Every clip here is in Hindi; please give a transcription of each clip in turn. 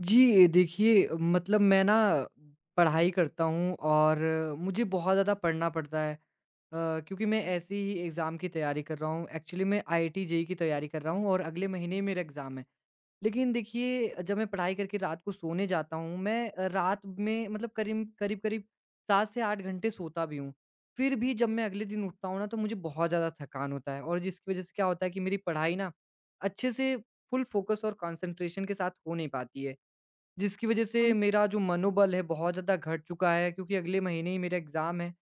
जी, देखिए मतलब मैं ना पढ़ाई करता हूँ और मुझे बहुत ज़्यादा पढ़ना पड़ता है। क्योंकि मैं ऐसे ही एग्ज़ाम की तैयारी कर रहा हूँ। एक्चुअली मैं आईआईटी जेईई की तैयारी कर रहा हूँ और अगले महीने मेरा एग्ज़ाम है। लेकिन देखिए जब मैं पढ़ाई करके रात को सोने जाता हूँ, मैं रात में मतलब करीम करीब-करीब 7 से 8 घंटे सोता भी हूँ। फिर भी जब मैं अगले दिन उठता हूँ ना तो मुझे बहुत ज़्यादा थकान होता है और जिसकी वज़ह से क्या होता है कि मेरी पढ़ाई ना अच्छे से फुल फ़ोकस और कंसंट्रेशन के साथ हो नहीं पाती है। जिसकी वजह से हुँ। मेरा जो मनोबल है बहुत ज़्यादा घट चुका है क्योंकि अगले महीने ही मेरा एग्ज़ाम है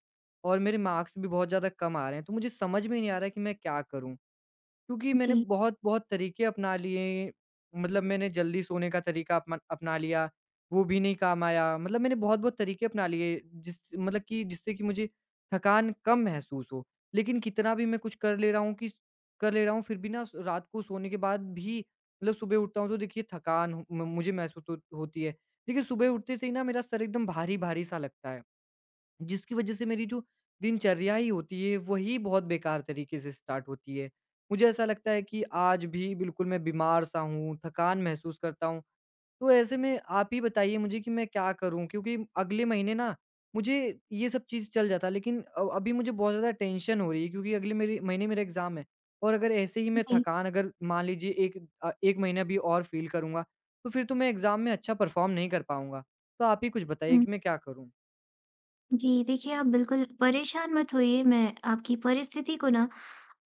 और मेरे मार्क्स भी बहुत ज़्यादा कम आ रहे हैं। तो मुझे समझ में नहीं आ रहा है कि मैं क्या करूँ? क्योंकि मैंने जी। बहुत-बहुत तरीके अपना लिए, मतलब मैंने जल्दी सोने का तरीका अपना अपना लिया, वो भी नहीं काम आया। मतलब मैंने बहुत-बहुत तरीके अपना लिए जिस मतलब कि जिससे कि मुझे थकान कम महसूस हो। लेकिन कितना भी मैं कुछ कर ले रहा हूँ, फिर भी ना रात को सोने के बाद भी मतलब सुबह उठता हूँ तो देखिए थकान म मुझे महसूस हो होती है। देखिए सुबह उठते से ही ना मेरा सर एकदम भारी-भारी सा लगता है। जिसकी वजह से मेरी जो दिनचर्या ही होती है, वही बहुत बेकार तरीके से स्टार्ट होती है। मुझे ऐसा लगता है कि आज भी बिल्कुल मैं बीमार-सा हूँ, थकान महसूस करता हूँ। तो ऐसे में आप ही बताइए मुझे कि मैं क्या करूँ? क्योंकि अगले महीने ना मुझे ये सब चीज़ चल जाता, लेकिन अभी मुझे बहुत ज़्यादा टेंशन हो रही है क्योंकि अगले मेरे महीने मेरा एग्ज़ाम है और अगर ऐसे ही मैं जी। थकान अगर मान लीजिए 1 महीना भी और फ़ील करूँगा, तो फिर तो मैं एग्ज़ाम में अच्छा परफ़ॉर्म नहीं कर पाऊँगा। तो आप ही कुछ बताइए हुँ। कि मैं क्या करूँ? जी, देखिए आप बिल्कुल परेशान मत होइए, मैं आपकी परिस्थिति को ना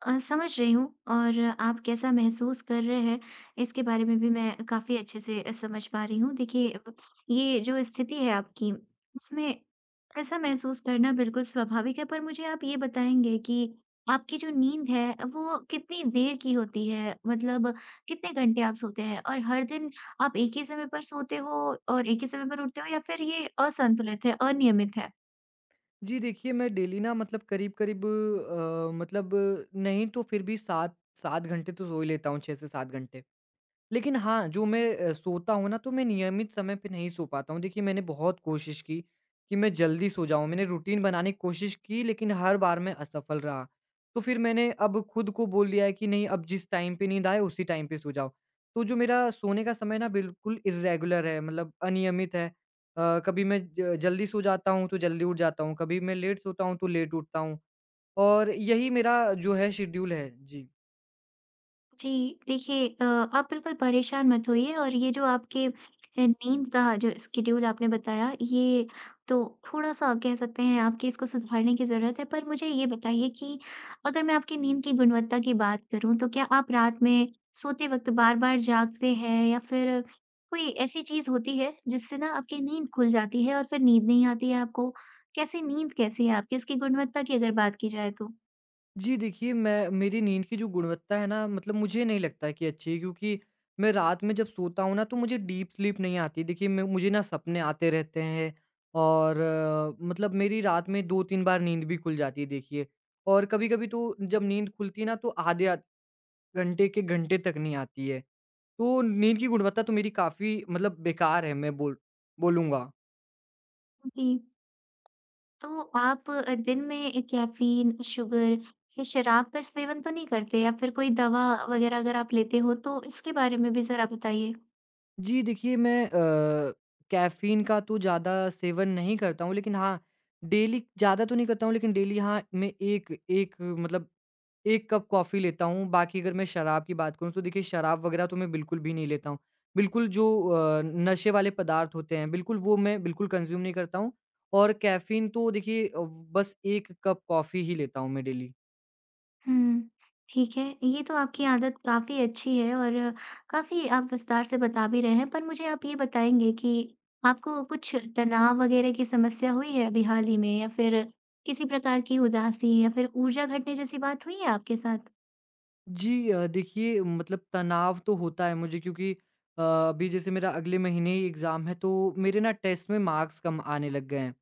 समझ रही हूँ और आप कैसा महसूस कर रहे हैं, इसके बारे में भी मैं काफ़ी अच्छे से समझ पा रही हूँ। देखिए, ब ये जो स्थिति है आपकी, उसमें ऐसा महसूस करना बिल्कुल स्वाभाविक है, पर मुझे आप ये बताएँगे कि आपकी जो नींद है, वो कितनी देर की होती है? मतलब कितने घंटे आप सोते हैं? और हर दिन आप एक ही समय पर सोते हो और एक ही समय पर उठते हो या फिर ये असंतुलित है, अनियमित है? जी देखिए, मैं डेली ना मतलब करीब-करीब मतलब नहीं तो फिर भी 7 घंटे तो सो ही लेता हूँ, 6 से 7 घंटे। लेकिन हाँ, जो मैं सोता हूँ ना तो मैं नियमित समय पे नहीं सो पाता हूँ। देखिए मैंने बहुत कोशिश की कि मैं जल्दी सो जाऊँ, मैंने रूटीन बनाने की कोशिश की लेकिन हर बार मैं असफल रहा। तो फिर मैंने अब खुद को बोल दिया है कि नहीं अब जिस टाइम पे नींद आए उसी टाइम पे सो जाओ। तो जो मेरा सोने का समय ना बिल्कुल इर्रेगुलर है मतलब अनियमित है। कभी मैं ज जल्दी सो जाता हूँ तो जल्दी उठ जाता हूँ, कभी मैं लेट सोता हूँ तो लेट उठता हूँ और यही मेरा जो है शेड्यूल है। जी। जी, देखिए आप बिल्कुल परेशान मत होइए और ये जो आपके नींद का जो स्केड्यूल आपने बताया, ये तो थोड़ा-सा कह सकते हैं आपके इसको सुधारने की ज़रूरत है। पर मुझे ये बताइए कि अगर मैं आपकी नींद की गुणवत्ता की बात करूँ, तो क्या आप रात में सोते वक़्त बार-बार जागते हैं या फिर कोई ऐसी चीज़ होती है, जिससे ना आपकी नींद खुल जाती है और फिर नींद नहीं आती है आपको? कैसी नींद कैसी है आपकी? उसकी गुणवत्ता की अगर बात की जाए तो? जी देखिए, मैं मेरी नींद की जो गुणवत्ता है ना मतलब मुझे नहीं लगता है कि अच्छी है क्योंकि मैं रात में जब सोता हूँ ना तो मुझे डीप स्लीप नहीं आती। देखिए मैं मुझे ना सपने आते रहते हैं और मतलब मेरी रात में 2-3 बार नींद भी खुल जाती है देखिए। और कभी-कभी तो जब नींद खुलती है ना तो आधे आध घंटे के घंटे तक नहीं आती है। तो नींद की गुणवत्ता तो मेरी काफ़ी मतलब बेकार है, मैं बोलूँगा। जी। तो आप दिन में कैफ़ीन, शुगर या शराब का सेवन तो नहीं करते या फिर कोई दवा वगैरह अगर आप लेते हो तो इसके बारे में भी ज़रा बताइए? जी, देखिए मैं कैफ़ीन का तो ज़्यादा सेवन नहीं करता हूँ, लेकिन हाँ, डेली ज़्यादा तो नहीं करता हूँ, लेकिन डेली हाँ, मैं एक एक मतलब 1 कप कॉफ़ी लेता हूँ। बाकी अगर मैं शराब की बात करूँ, तो देखिए शराब वग़ैरह तो मैं बिल्कुल भी नहीं लेता हूँ। बिल्कुल जो नशे वाले पदार्थ होते हैं, बिल्कुल वो मैं बिल्कुल कंज़्यूम नहीं करता हूँ और कैफ़ीन तो देखिए बस 1 कप कॉफ़ी ही लेता हूँ मैं डेली। हुँ, ठीक है। ये तो आपकी आदत काफ़ी अच्छी है और काफ़ी आप विस्तार से बता भी रहे हैं। पर मुझे आप ये बताएँगे कि आपको कुछ तनाव वगैरह की समस्या हुई है अभी हाल ही में या फिर किसी प्रकार की उदासी या फिर ऊर्जा घटने जैसी बात हुई है आपके साथ? जी, देखिए मतलब तनाव तो होता है मुझे क्योंकि अभी जैसे मेरा अगले महीने ही एग्ज़ाम है तो मेरे ना टेस्ट में मार्क्स कम आने लग गए हैं।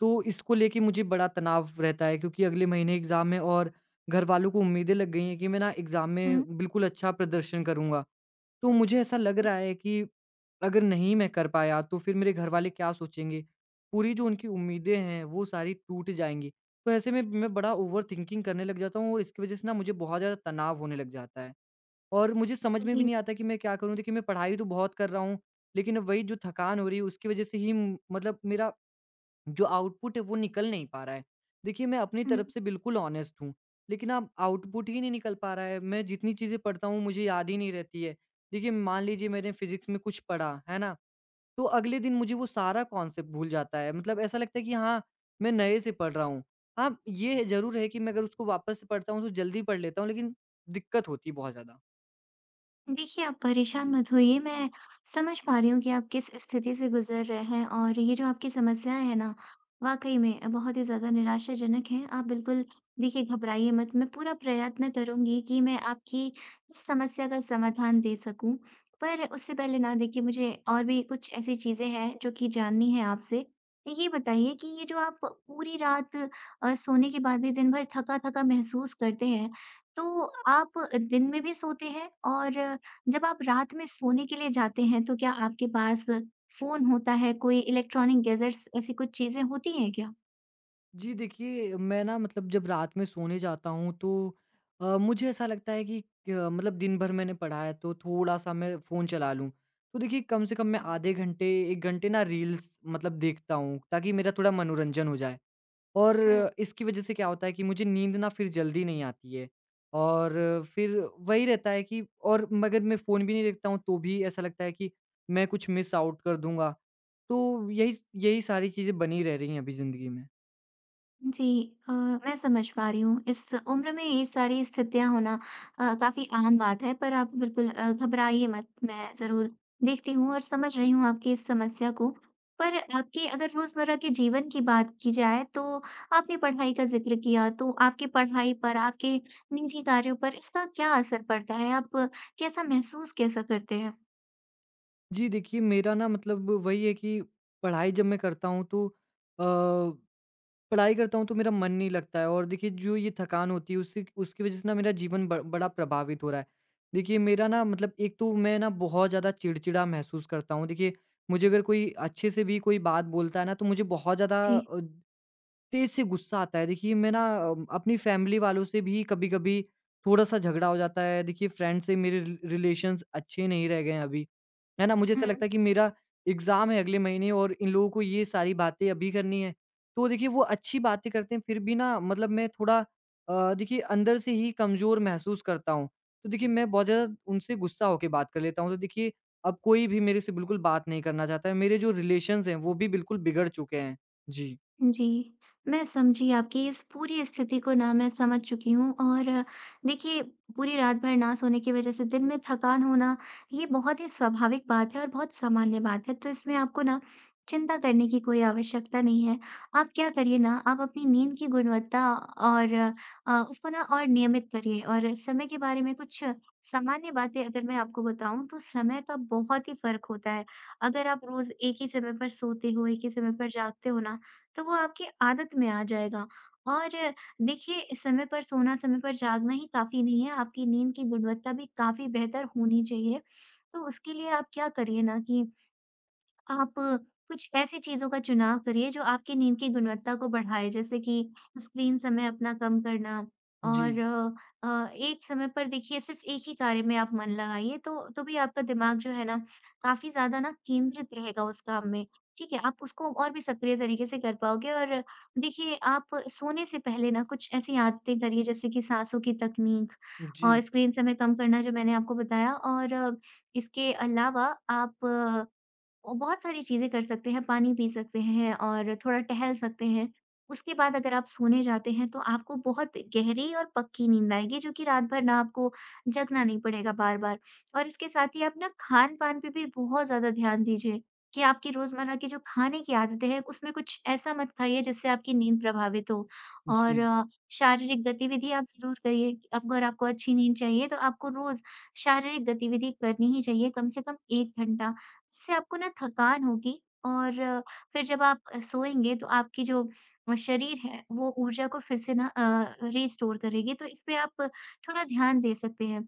तो इसको लेके मुझे बड़ा तनाव रहता है क्योंकि अगले महीने एग्ज़ाम है और घर वालों को उम्मीदें लग गई हैं कि मैं ना एग्ज़ाम हुँ। में बिल्कुल अच्छा प्रदर्शन करूँगा। तो मुझे ऐसा लग रहा है कि अगर नहीं मैं कर पाया तो फिर मेरे घर वाले क्या सोचेंगे? पूरी जो उनकी उम्मीदें हैं वो सारी टूट जाएँगी। तो ऐसे में मैं बड़ा ओवरथिंकिंग करने लग जाता हूँ और इसकी वज़ह से ना मुझे बहुत ज़्यादा तनाव होने लग जाता है। और मुझे समझ में भी जी। नहीं आता कि मैं क्या करूँ? देखिए मैं पढ़ाई तो बहुत कर रहा हूँ, लेकिन वही जो थकान हो रही है उसकी वज़ह से ही मतलब मेरा जो आउटपुट है वो निकल नहीं पा रहा है। देखिए मैं अपनी हुँ। तरफ से बिल्कुल ऑनेस्ट हूँ, लेकिन अब आउटपुट ही नहीं निकल पा रहा है। मैं जितनी चीज़ें पढ़ता हूँ मुझे याद ही नहीं रहती है। देखिए मान लीजिए मैंने फिज़िक्स में कुछ पढ़ा, है ना? तो अगले दिन मुझे वो सारा कॉन्सेप्ट भूल जाता है। मतलब ऐसा लगता है कि हाँ, मैं नए से पढ़ रहा हूँ। हाँ, ये ज़रूर है कि मैं अगर उसको वापस से पढ़ता हूँ तो जल्दी पढ़ लेता हूँ, लेकिन दिक्कत होती है बहुत ज़्यादा। देखिए, आप परेशान मत होइए, मैं समझ पा रही हूँ कि आप किस स्थिति से गुज़र रहे हैं और ये जो आपकी समस्याएँ हैं ना, वाक़ई में बहुत ही ज़्यादा निराशाजनक हैं। आप बिल्कुल देखिए घबराइए मत, मैं पूरा प्रयत्न करूँगी कि मैं आपकी इस समस्या का समाधान दे सकूँ। पर उससे पहले ना देखिए मुझे और भी कुछ ऐसी चीज़ें हैं जो कि जाननी है आपसे। ये बताइए कि ये जो आप पूरी रात सोने के बाद भी दिन भर थका-थका महसूस करते हैं, तो आप दिन में भी सोते हैं और जब आप रात में सोने के लिए जाते हैं तो क्या आपके पास फ़ोन होता है? कोई इलेक्ट्रॉनिक गैजेट्स ऐसी कुछ चीज़ें होती हैं क्या? जी देखिए, मैं ना मतलब जब रात में सोने जाता हूँ तो मुझे ऐसा लगता है कि मतलब दिन भर मैंने पढ़ा है तो थोड़ा-सा मैं फ़ोन चला लूँ। तो देखिए कम से कम मैं आधे घंटे 1 घंटे ना रील्स मतलब देखता हूँ ताकि मेरा थोड़ा मनोरंजन हो जाए। और इसकी वज़ह से क्या होता है कि मुझे नींद ना फिर जल्दी नहीं आती है और फिर वही रहता है कि और मगर मैं फ़ोन भी नहीं देखता हूँ तो भी ऐसा लगता है कि मैं कुछ मिस आउट कर दूँगा। तो यही सारी चीज़ें बनी रह रही हैं अभी ज़िंदगी में। जी मैं समझ पा रही हूँ। इस उम्र में ये सारी स्थितियाँ होना काफ़ी आम बात है, पर आप बिल्कुल घबराइए मत। मैं ज़रूर देखती हूँ और समझ रही हूँ आपकी इस समस्या को। पर आपके अगर रोज़मर्रा के जीवन की बात की जाए, तो आपने पढ़ाई का ज़िक्र किया, तो आपकी पढ़ाई पर, आपके निजी कार्यों पर इसका क्या असर पड़ता है? आप कैसा महसूस कैसा करते हैं? जी, देखिए मेरा ना मतलब वही है कि पढ़ाई जब मैं करता हूँ तो अ, पढ़ाई करता हूँ तो मेरा मन नहीं लगता है और देखिए जो ये थकान होती है उससे उसकी वज़ह से ना मेरा जीवन ब बड़ा प्रभावित हो रहा है। देखिए मेरा ना मतलब एक तो मैं ना बहुत ज़्यादा चिड़चिड़ा महसूस करता हूँ। देखिए मुझे अगर कोई अच्छे से भी कोई बात बोलता है ना तो मुझे बहुत ज़्यादा जी। तेज से गुस्सा आता है। देखिए मैं ना अपनी फैमिली वालों से भी कभी-कभी थोड़ा-सा झगड़ा हो जाता है। देखिए फ्रेंड से मेरे रिलेशंस अच्छे नहीं रह गए हैं अभी, है ना? मुझे ऐसा लगता है कि मेरा एग्ज़ाम है अगले महीने और इन लोगों को ये सारी बातें अभी करनी है। तो देखिए वो अच्छी बातें करते हैं, फिर भी ना मतलब मैं थोड़ा देखिए अंदर से ही कमज़ोर महसूस करता हूँ। तो देखिए मैं बहुत ज़्यादा उनसे गुस्सा होके बात कर लेता हूँ। तो देखिए अब कोई भी मेरे से बिल्कुल बात नहीं करना चाहता है। मेरे जो रिलेशंस हैं वो भी बिल्कुल बिगड़ चुके हैं। जी। जी, मैं समझी आपकी इस पूरी स्थिति को ना मैं समझ चुकी हूँ और देखिए पूरी रात भर ना सोने की वज़ह से दिन में थकान होना, ये बहुत ही स्वाभाविक बात है और बहुत सामान्य बात है। तो इसमें आपको ना चिंता करने की कोई आवश्यकता नहीं है। आप क्या करिए ना, आप अपनी नींद की गुणवत्ता और उसको ना और नियमित करिए और समय के बारे में कुछ सामान्य बातें अगर मैं आपको बताऊँ तो समय का बहुत ही फ़र्क होता है। अगर आप रोज़ एक ही समय पर सोते हो, एक ही समय पर जागते हो ना, तो वो आपकी आदत में आ जाएगा। और देखिए समय पर सोना, समय पर जागना ही काफ़ी नहीं है, आपकी नींद की गुणवत्ता भी काफ़ी बेहतर होनी चाहिए। तो उसके लिए आप क्या करिए ना कि आप कुछ ऐसी चीज़ों का चुनाव करिए जो आपकी नींद की गुणवत्ता को बढ़ाए, जैसे कि स्क्रीन समय अपना कम करना जी। और एक समय पर देखिए सिर्फ़ एक ही कार्य में आप मन लगाइए, तो भी आपका दिमाग जो है ना, काफ़ी ज़्यादा ना केंद्रित रहेगा उस काम में, ठीक है? आप उसको और भी सक्रिय तरीके से कर पाओगे और देखिए आप सोने से पहले ना कुछ ऐसी आदतें करिए जैसे कि साँसों की तकनीक जी, और स्क्रीन समय कम करना जो मैंने आपको बताया और इसके अलावा आप और बहुत सारी चीज़ें कर सकते हैं, पानी पी सकते हैं और थोड़ा टहल सकते हैं। उसके बाद अगर आप सोने जाते हैं, तो आपको बहुत गहरी और पक्की नींद आएगी, जो कि रात भर ना आपको जगना नहीं पड़ेगा बार-बार। और इसके साथ ही आप ना खान-पान पे भी बहुत ज़्यादा ध्यान दीजिए कि आपकी रोज़मर्रा की जो खाने की आदतें हैं, उसमें कुछ ऐसा मत खाइए जिससे आपकी नींद प्रभावित हो। और जी, शारीरिक गतिविधि आप ज़रूर करिए। आपको अगर आपको अच्छी नींद चाहिए, तो आपको रोज़ शारीरिक गतिविधि करनी ही चाहिए, कम से कम 1 घंटा। इससे आपको ना थकान होगी और फिर जब आप सोएँगे तो आपकी जो शरीर है वो ऊर्जा को फिर से ना रिस्टोर करेगी। तो इस पे आप थोड़ा ध्यान दे सकते हैं।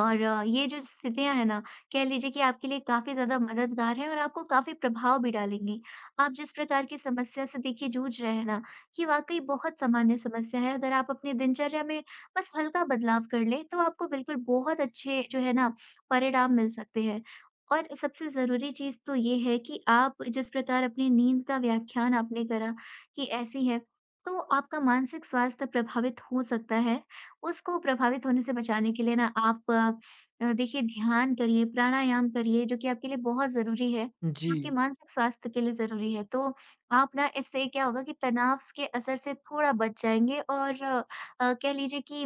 और ये जो स्थितियाँ हैं ना, कह लीजिए कि आपके लिए काफ़ी ज़्यादा मददगार हैं और आपको काफ़ी प्रभाव भी डालेंगी। आप जिस प्रकार की समस्या से देखिए जूझ रहे हैं ना, ये वाक़ई बहुत सामान्य समस्या है। अगर आप अपनी दिनचर्या में बस हल्का बदलाव कर लें, तो आपको बिल्कुल बहुत अच्छे जो है ना, परिणाम मिल सकते हैं। और सबसे ज़रूरी चीज़ तो ये है कि आप जिस प्रकार अपनी नींद का व्याख्यान आपने करा कि ऐसी है, तो आपका मानसिक स्वास्थ्य प्रभावित हो सकता है। उसको प्रभावित होने से बचाने के लिए ना आप देखिए ध्यान करिए, प्राणायाम करिए जो कि आपके लिए बहुत ज़रूरी है, आपके जी, मानसिक स्वास्थ्य के लिए ज़रूरी है। तो आप ना इससे क्या होगा कि तनाव के असर से थोड़ा बच जाएँगे और कह लीजिए कि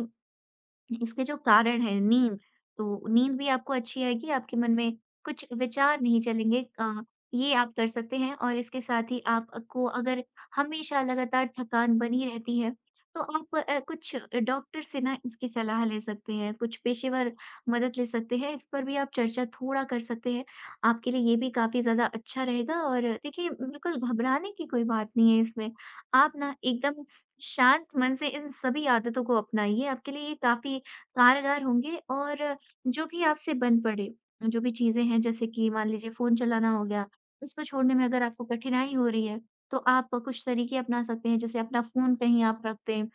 इसके जो कारण हैं नींद, तो नींद भी आपको अच्छी आएगी, आपके मन में कुछ विचार नहीं चलेंगे ये आप कर सकते हैं और इसके साथ ही आपको अगर हमेशा लगातार थकान बनी रहती है, तो आप कुछ डॉक्टर से ना इसकी सलाह ले सकते हैं, कुछ पेशेवर मदद ले सकते हैं, इस पर भी आप चर्चा थोड़ा कर सकते हैं, आपके लिए ये भी काफ़ी ज़्यादा अच्छा रहेगा और देखिए बिल्कुल घबराने की कोई बात नहीं है इसमें। आप ना एकदम शांत मन से इन सभी आदतों को अपनाइए, आपके लिए ये काफ़ी कारगर होंगे और जो भी आपसे बन पड़े, जो भी चीज़ें हैं जैसे कि मान लीजिए फ़ोन चलाना हो गया, इसको छोड़ने में अगर आपको कठिनाई हो रही है, तो आप कुछ तरीके अपना सकते हैं। जैसे अपना फ़ोन कहीं आप रख दें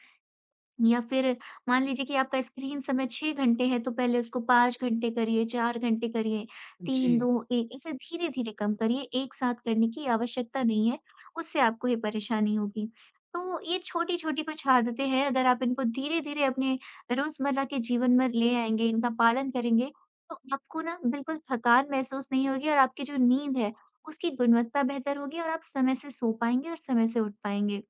या फिर मान लीजिए कि आपका स्क्रीन समय 6 घंटे है तो पहले उसको 5 घंटे करिए, 4 घंटे करिए, 3, जी, 2, 1 ऐसे धीरे-धीरे कम करिए, एक साथ करने की आवश्यकता नहीं है, उससे आपको ये परेशानी होगी। तो ये छोटी-छोटी कुछ आदतें हैं, अगर आप इनको धीरे-धीरे अपने रोज़मर्रा के जीवन में ले आएँगे, इनका पालन करेंगे, तो आपको ना बिल्कुल थकान महसूस नहीं होगी और आपकी जो नींद है, उसकी गुणवत्ता बेहतर होगी और आप समय से सो पाएँगे और समय से उठ पाएँगे।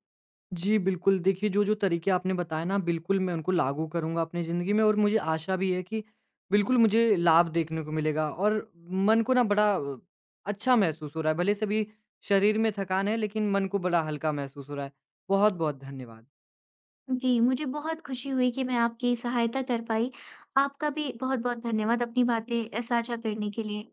जी, बिल्कुल। देखिए, जो-जो तरीके आपने बताए ना, बिल्कुल मैं उनको लागू करूँगा अपनी ज़िंदगी में, और मुझे आशा भी है कि बिल्कुल मुझे लाभ देखने को मिलेगा और मन को ना बड़ा अच्छा महसूस हो रहा है। भले से अभी शरीर में थकान है, लेकिन मन को बड़ा हल्का महसूस हो रहा है। बहुत-बहुत धन्यवाद। जी, मुझे बहुत खुशी हुई कि मैं आपकी सहायता कर पाई। आपका भी बहुत-बहुत धन्यवाद अपनी बातें साझा करने के लिए।